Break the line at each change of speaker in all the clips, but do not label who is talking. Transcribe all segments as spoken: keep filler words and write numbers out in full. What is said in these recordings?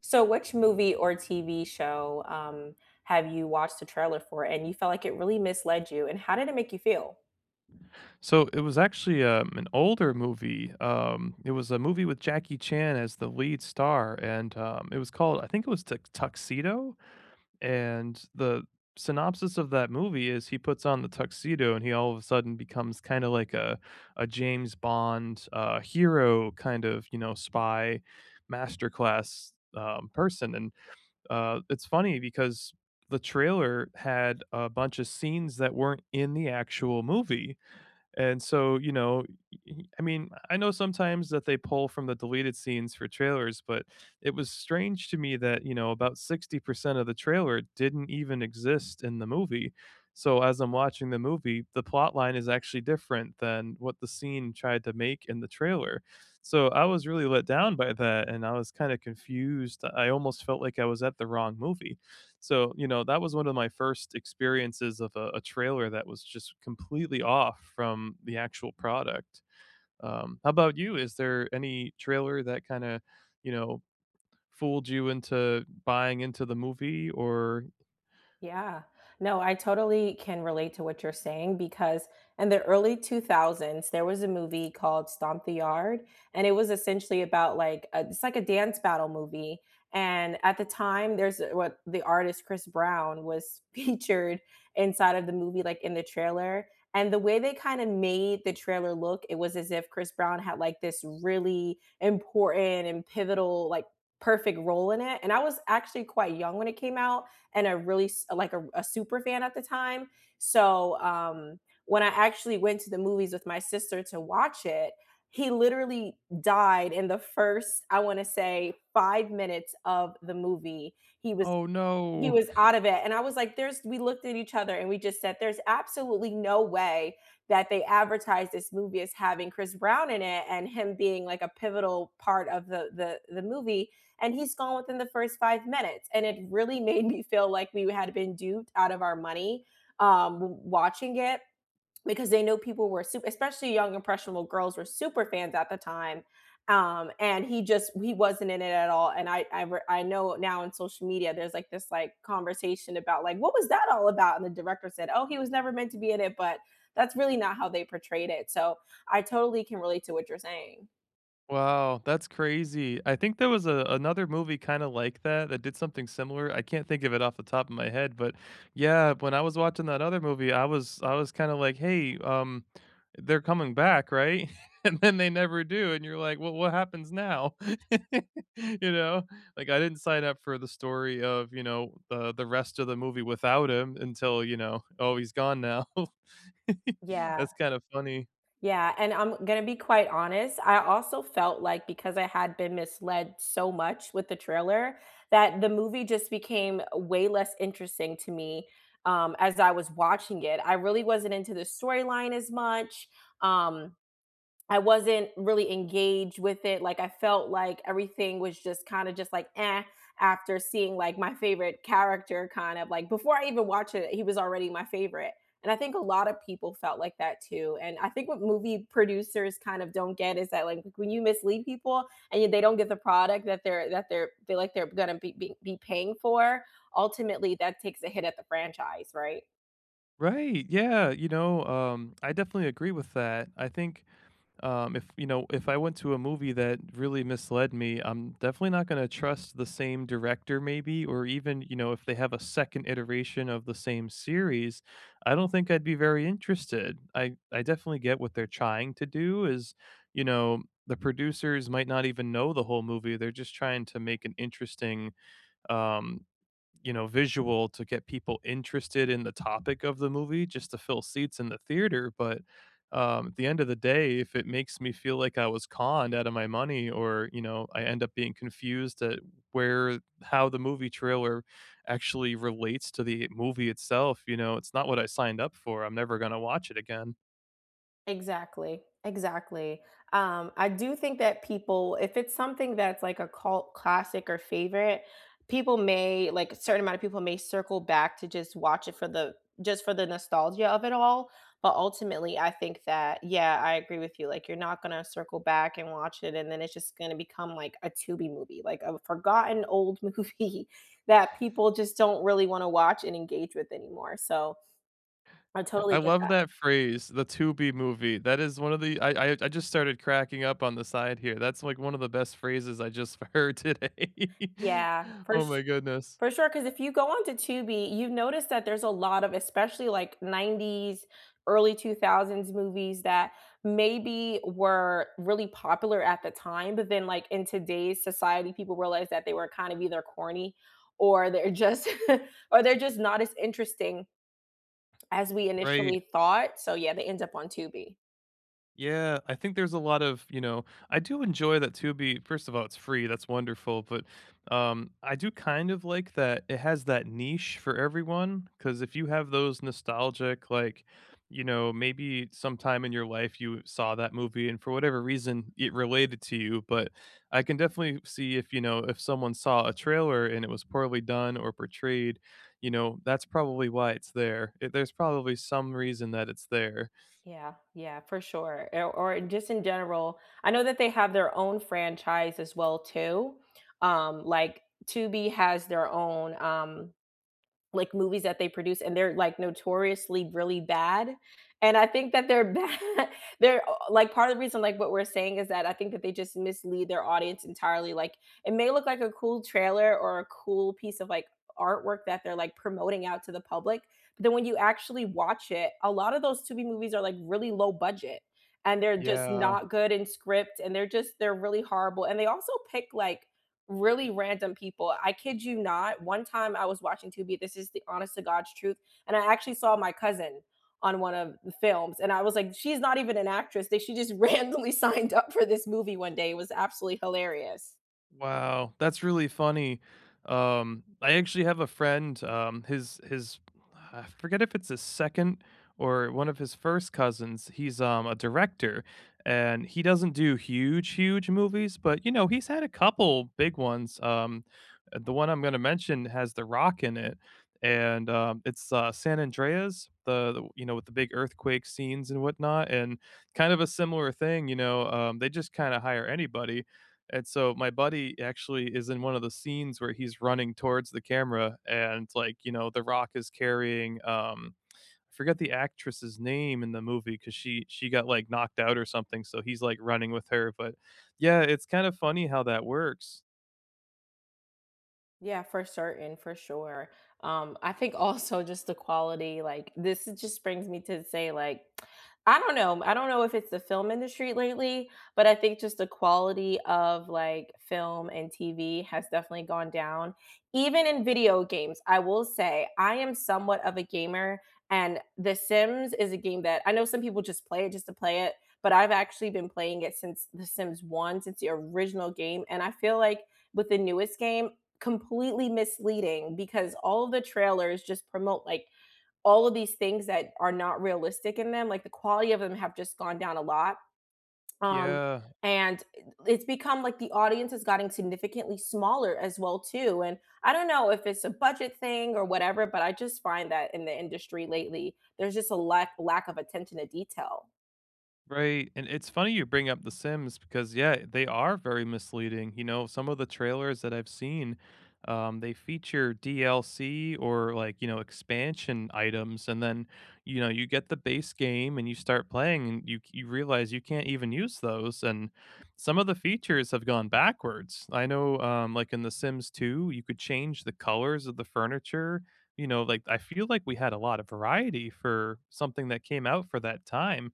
So, which movie or T V show um, have you watched the trailer for and you felt like it really misled you? And how did it make you feel?
So it was actually um, an older movie. Um, it was a movie with Jackie Chan as the lead star, and um, it was called, I think it was Tux Tuxedo. And the synopsis of that movie is he puts on the tuxedo and he all of a sudden becomes kind of like a a James Bond uh, hero kind of you know spy masterclass um, person. And uh, it's funny because the trailer had a bunch of scenes that weren't in the actual movie and so, you know, y- I mean, I know sometimes that they pull from the deleted scenes for trailers, but it was strange to me that, you know, about sixty percent of the trailer didn't even exist in the movie. So as I'm watching the movie, the plot line is actually different than what the scene tried to make in the trailer. So I was really let down by that and I was kind of confused. I almost felt like I was at the wrong movie. So, you know, that was one of my first experiences of a, a trailer that was just completely off from the actual product. Um, how about you? Is there any trailer that kind of, you know, fooled you into buying into the movie or,
Yeah. No, I totally can relate to what you're saying because in the early two thousands, there was a movie called Stomp the Yard, and it was essentially about like a, it's like a dance battle movie. And at the time, there's a- what the artist Chris Brown was featured inside of the movie, like in the trailer. And the way they kind of made the trailer look, it was as if Chris Brown had like this really important and pivotal, like perfect role in it. And I was actually quite young when it came out and a really like a, a super fan at the time. So um, when I actually went to the movies with my sister to watch it, he literally died in the first, I want to say, five minutes of the movie. He was
oh
he
no?
was out of it. And I was like, there's, we looked at each other and we just said, there's absolutely no way that they advertised this movie as having Chris Brown in it and him being like a pivotal part of the, the, the movie. And he's gone within the first five minutes. And it really made me feel like we had been duped out of our money um watching it because they know people were super, especially young impressionable girls were super fans at the time, um and he just he wasn't in it at all. And i i, re- I know now in social media there's like this like conversation about like what was that all about, and the director said, oh, he was never meant to be in it, but that's really not how they portrayed it. So I totally can relate to what you're saying.
Wow, that's crazy. I think there was a another movie kinda like that, that did something similar. I can't think of it off the top of my head, but yeah, when I was watching that other movie, I was I was kinda like, "Hey, um, they're coming back, right?" And then they never do, and you're like, "Well, what happens now?" You know? Like, I didn't sign up for the story of, you know, the the rest of the movie without him until, you know, "Oh, he's gone now."
Yeah,
That's kinda funny.
yeah, and I'm gonna be quite honest, I also felt like because I had been misled so much with the trailer, that the movie just became way less interesting to me, um, as I was watching it. I really wasn't into the storyline as much. um I wasn't really engaged with it. Like, I felt like everything was just kinda just like, "Eh," after seeing, like, my favorite character kind of like before I even watched it, he was already my favorite, and I think a lot of people felt like that too, and I think what movie producers kind of don't get is that, like, like, when you mislead people and you they don't get the product that they're that they're they like they're gonna be be be paying for, ultimately, that takes a hit at the franchise, right?
Right. Yeah. You know, um, I definitely agree with that. I think um, if you know, if I went to a movie that really misled me, I'm definitely not going to trust the same director, maybe, or even you know, if they have a second iteration of the same series, I don't think I'd be very interested. I I definitely get what they're trying to do is, you know, the producers might not even know the whole movie; they're just trying to make an interesting um you know, visual to get people interested in the topic of the movie just to fill seats in the theater, but, um, at the end of the day, if it makes me feel like I was conned out of my money or, you know, I end up being confused at where how the movie trailer actually relates to the movie itself, you know, it's not what I signed up for, I'm never gonna watch it again.
Exactly, exactly. Um, I do think that people, if it's something that's like a cult classic or favorite, people may like a certain amount of people may circle back to just watch it for the just for the nostalgia of it all. But ultimately, I think that, yeah, I agree with you. Like, you're not gonna circle back and watch it, and then it's just gonna become like a Tubi movie, like a forgotten old movie that people just don't really want to watch and engage with anymore. So I totally
I
get
love
that.
that phrase, the "to-be movie." That is one of the I I I just started cracking up on the side here. That's, like, one of the best phrases I just heard today.
Yeah,
Oh my
first.
goodness.
For sure, because if you go onto Tubi, you notice that there's a lot of, especially, like, nineties, early two thousands movies that maybe were really popular at the time, but then, like, in today's society, people realize that they were kind of either corny or they're just or they're just not as interesting as we
Right.
initially thought, so yeah, they end up on Tubi.
Yeah, I think there's a lot of, you know, I do enjoy that Tubi. First of all, it's free. That's wonderful. But um, I do kind of like that it has that niche for everyone. Because if you have those nostalgic, like, you know, maybe sometime in your life you saw that movie and for whatever reason it related to you. But I can definitely see if, you know, if someone saw a trailer and it was poorly done or portrayed, you know, that's probably why it's there. It, there's probably some reason that it's there.
Yeah, yeah, for sure. Or, or just in general, I know that they have their own franchise as well too. Um, like Tubi has their own. Um, like, movies that they produce, and they're, like, notoriously really bad, and I think that they're bad they're a like, part of the reason, like, what we're saying is that I think that they just mislead their audience entirely. Like, it may look like a cool trailer or a cool piece of, like, artwork that they're, like, promoting out to the public, but then when you actually watch it, a lot of those Tubi movies are, like, really low budget, and they're just
Yeah.
not good in script, and they're just they're really horrible, and they also pick, like, really random people. I kid you not. One time I was watching Tubi. This is the honest to God's truth. And I actually saw my cousin on one of the films. And I was like, she's not even an actress. They, she just randomly signed up for this movie one day. It was absolutely hilarious.
Wow, that's really funny. Um, I actually have a friend, um, his his I forget if it's his second or one of his first cousins. He's um a director and he doesn't do huge, huge movies, but you know, he's had a couple big ones. Um uh, the one I'm gonna mention has The Rock in it. And um, it's uh, San Andreas, the, the you know with the big earthquake scenes and whatnot, and kind of a similar thing. You know, um, they just kind of hire anybody, and so my buddy actually is in one of the scenes where he's running towards the camera and like, you know, The Rock is carrying um I forget the actress's name in the movie because she she got like knocked out or something, so he's like running with her. But yeah, it's kind of funny how that works.
Yeah, for certain, for sure. Um, I think also just the quality, like this is- just brings me to say, like, I don't know. I don't know if it's the film industry lately, but I think just the quality of like film and T V has definitely gone down. Even in video games, I will say I am somewhat of a gamer, and The Sims is a game that I know some people just play it just to play it, but I've actually been playing it since The Sims one, since the original game. And I feel like with the newest game, completely misleading because all of the trailers just promote like all of these things that are not realistic in them. Like the quality of them have just gone down a lot. Um,
Yeah.
and it's become like the audience has gotten significantly smaller as well too. And I don't know if it's a budget thing or whatever, but I just find that in the industry lately, there's just a lack lack of attention to detail.
Right, and it's funny you bring up The Sims because, yeah, they are very misleading, you know, some of the trailers that I've seen, um, they feature D L C or, like, you know, expansion items, and then, you know, you get the base game and you start playing and you you realize you can't even use those, and some of the features have gone backwards. I know, um, like, in The Sims two, you could change the colors of the furniture, you know, like, I feel like we had a lot of variety for something that came out for that time.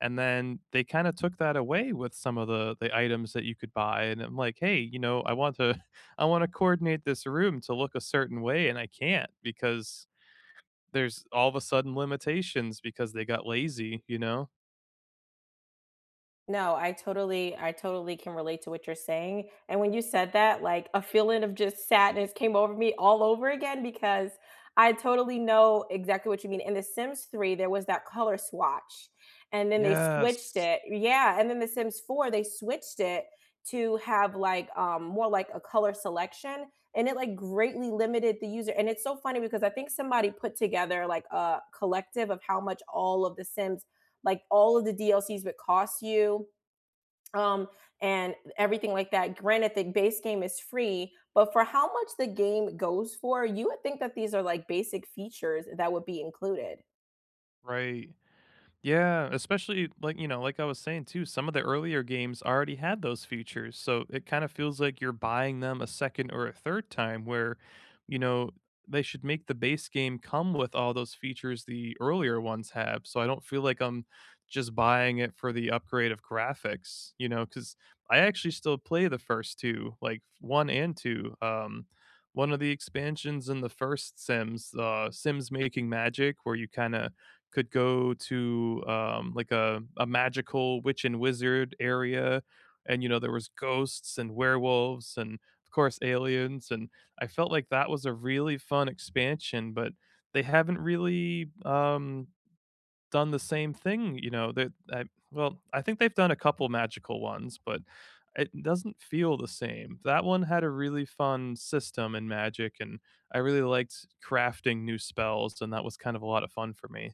And then they kinda took that away with some of the the items that you could buy, and I'm like, "Hey, you know, I want to I wanna coordinate this room to look a certain way, and I can't because there's all of a sudden limitations because they got lazy," you know?
No, I totally I totally can relate to what you're saying, and when you said that, like, a feeling of just sadness came over me all over again because I totally know exactly what you mean. In The Sims three, there was that color swatch, and then they
Yes,
switched it. Yeah, and then The Sims four, they switched it to have, like, um, more like a color selection, and it, like, greatly limited the user. And it's so funny because I think somebody put together, like, a collective of how much all of The Sims like, all of the D L Cs would cost you, um, and everything like that. Granted, the base game is free, but for how much the game goes for, you would think that these are like basic features that would be included.
right. Yeah, especially like, you know, like I was saying too, some of the earlier games already had those features. So it kind of feels like you're buying them a second or a third time where, you know, they should make the base game come with all those features the earlier ones have. So I don't feel like I'm just buying it for the upgrade of graphics, you know, cuz I actually still play the first two, like one and two. Um one of the expansions in the first Sims, uh Sims Making Magic where you kind of could go to, um, like, a a magical witch and wizard area, and, you know, there was ghosts and werewolves and, of course, aliens, and I felt like that was a really fun expansion, but they haven't really, um, done the same thing, you know, that I well, I think they've done a couple magical ones, but it doesn't feel the same. That one had a really fun system in Magic, and I really liked crafting new spells, and that was kind of a lot of fun for me.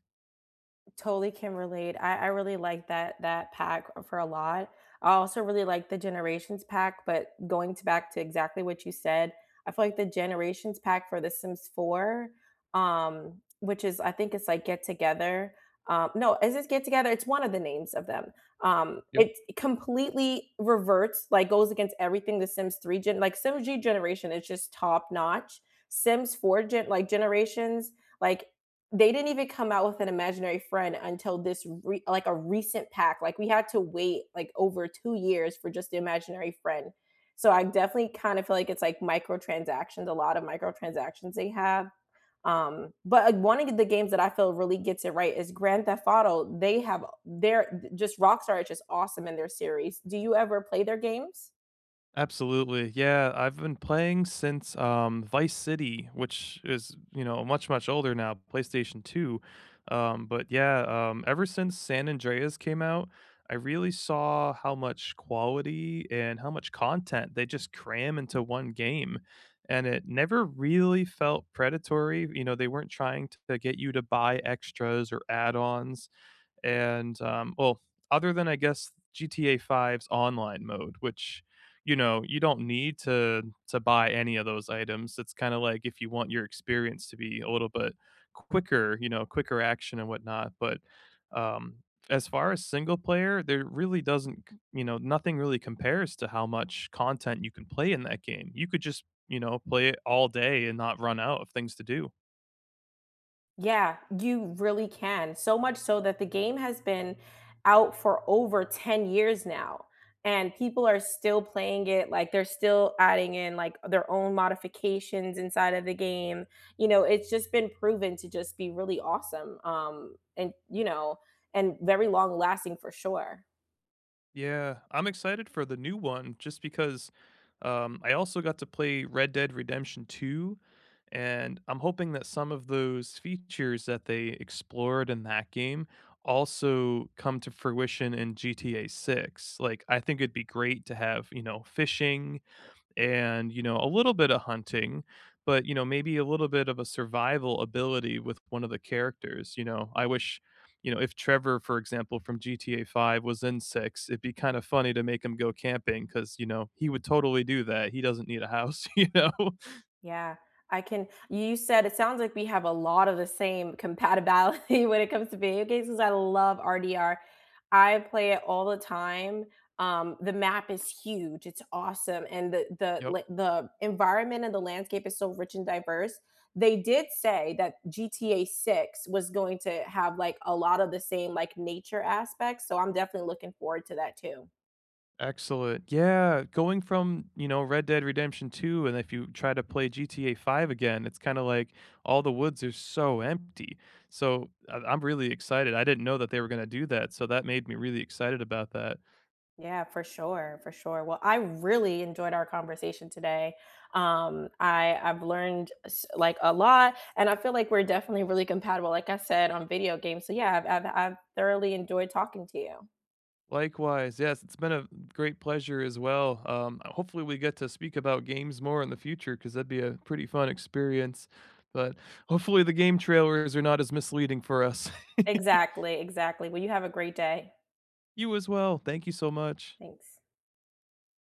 Totally can relate. I, I really like that that pack for a lot. I also really like the Generations pack, but going to back to exactly what you said, I feel like the Generations pack for The Sims four, um, which is I think it's like Get Together. Um, no, is this Get Together? It's one of the names of them. Um, it completely reverts, like goes against everything the Sims three gen like Sims G generation is just top notch. Sims four gen like generations, like they didn't even come out with an imaginary friend until this re- like a recent pack. Like we had to wait like over two years for just the imaginary friend. So I definitely kind of feel like it's like microtransactions, a lot of microtransactions they have. Um but like one of the games that I feel really gets it right is Grand Theft Auto. They have their Just Rockstar is just awesome in their series. Do you ever play their games?
Absolutely. Yeah, I've been playing since um, Vice City, which is, you know, much, much older now, PlayStation two. Um, but yeah, um, ever since San Andreas came out, I really saw how much quality and how much content they just cram into one game. And it never really felt predatory. You know, they weren't trying to get you to buy extras or add ons and um, well, other than I guess G T A five's online mode, which you know you don't need to to buy any of those items. It's kind of like if you want your experience to be a little bit quicker, you know, quicker action and whatnot. But um, as far as single player, there really doesn't, c- you know, nothing really compares to how much content you can play in that game. You could just, you know, play it all day and not run out of things to do.
Yeah, you really can. So much so that the game has been out for over ten years now, and people are still playing it. Like, they're still adding in, like, their own modifications inside of the game. You know, it's just been proven to just be really awesome, um, and, you know, and very long lasting for sure.
Yeah, I'm excited for the new one just because um, I also got to play Red Dead Redemption two, and I'm hoping that some of those features that they explored in that game also come to fruition in G T A six. Like, I think it'd be great to have, you know, fishing and you know a little bit of hunting but you know maybe a little bit of a survival ability with one of the characters you know I wish you know if Trevor for example from GTA five was in six it'd be kind of funny to make him go camping because you know he would totally do that he doesn't need a house you know
Yeah, I can you said it sounds like we have a lot of the same compatibility when it comes to video games 'cause I love R D R. I play it all the time. Um, the map is huge. It's awesome, and the the la the environment and the landscape is so rich and diverse. They did say that G T A six was going to have, like, a lot of the same, like, nature aspects, so I'm definitely looking forward to that too.
Excellent. Yeah, going from, you know, Red Dead Redemption two and if you try to play G T A five again, it's kind of like all the woods are so empty. So I- I'm really excited. I didn't know that they were going to do that, so that made me really excited about that.
Yeah, for sure, for sure. Well, I really enjoyed our conversation today. Um, I I've learned s- like a lot, and I feel like we're definitely really compatible. Like I said on video games, so yeah, I've I've, I've thoroughly enjoyed talking to you.
Likewise, yes, it's been a great pleasure as well. Um, hopefully, we get to speak about games more in the future because that'd be a pretty fun experience. But hopefully, the game trailers are not as misleading for us.
Exactly, exactly. Well, you have a great day.
you as well. Thank you so much.
Thanks.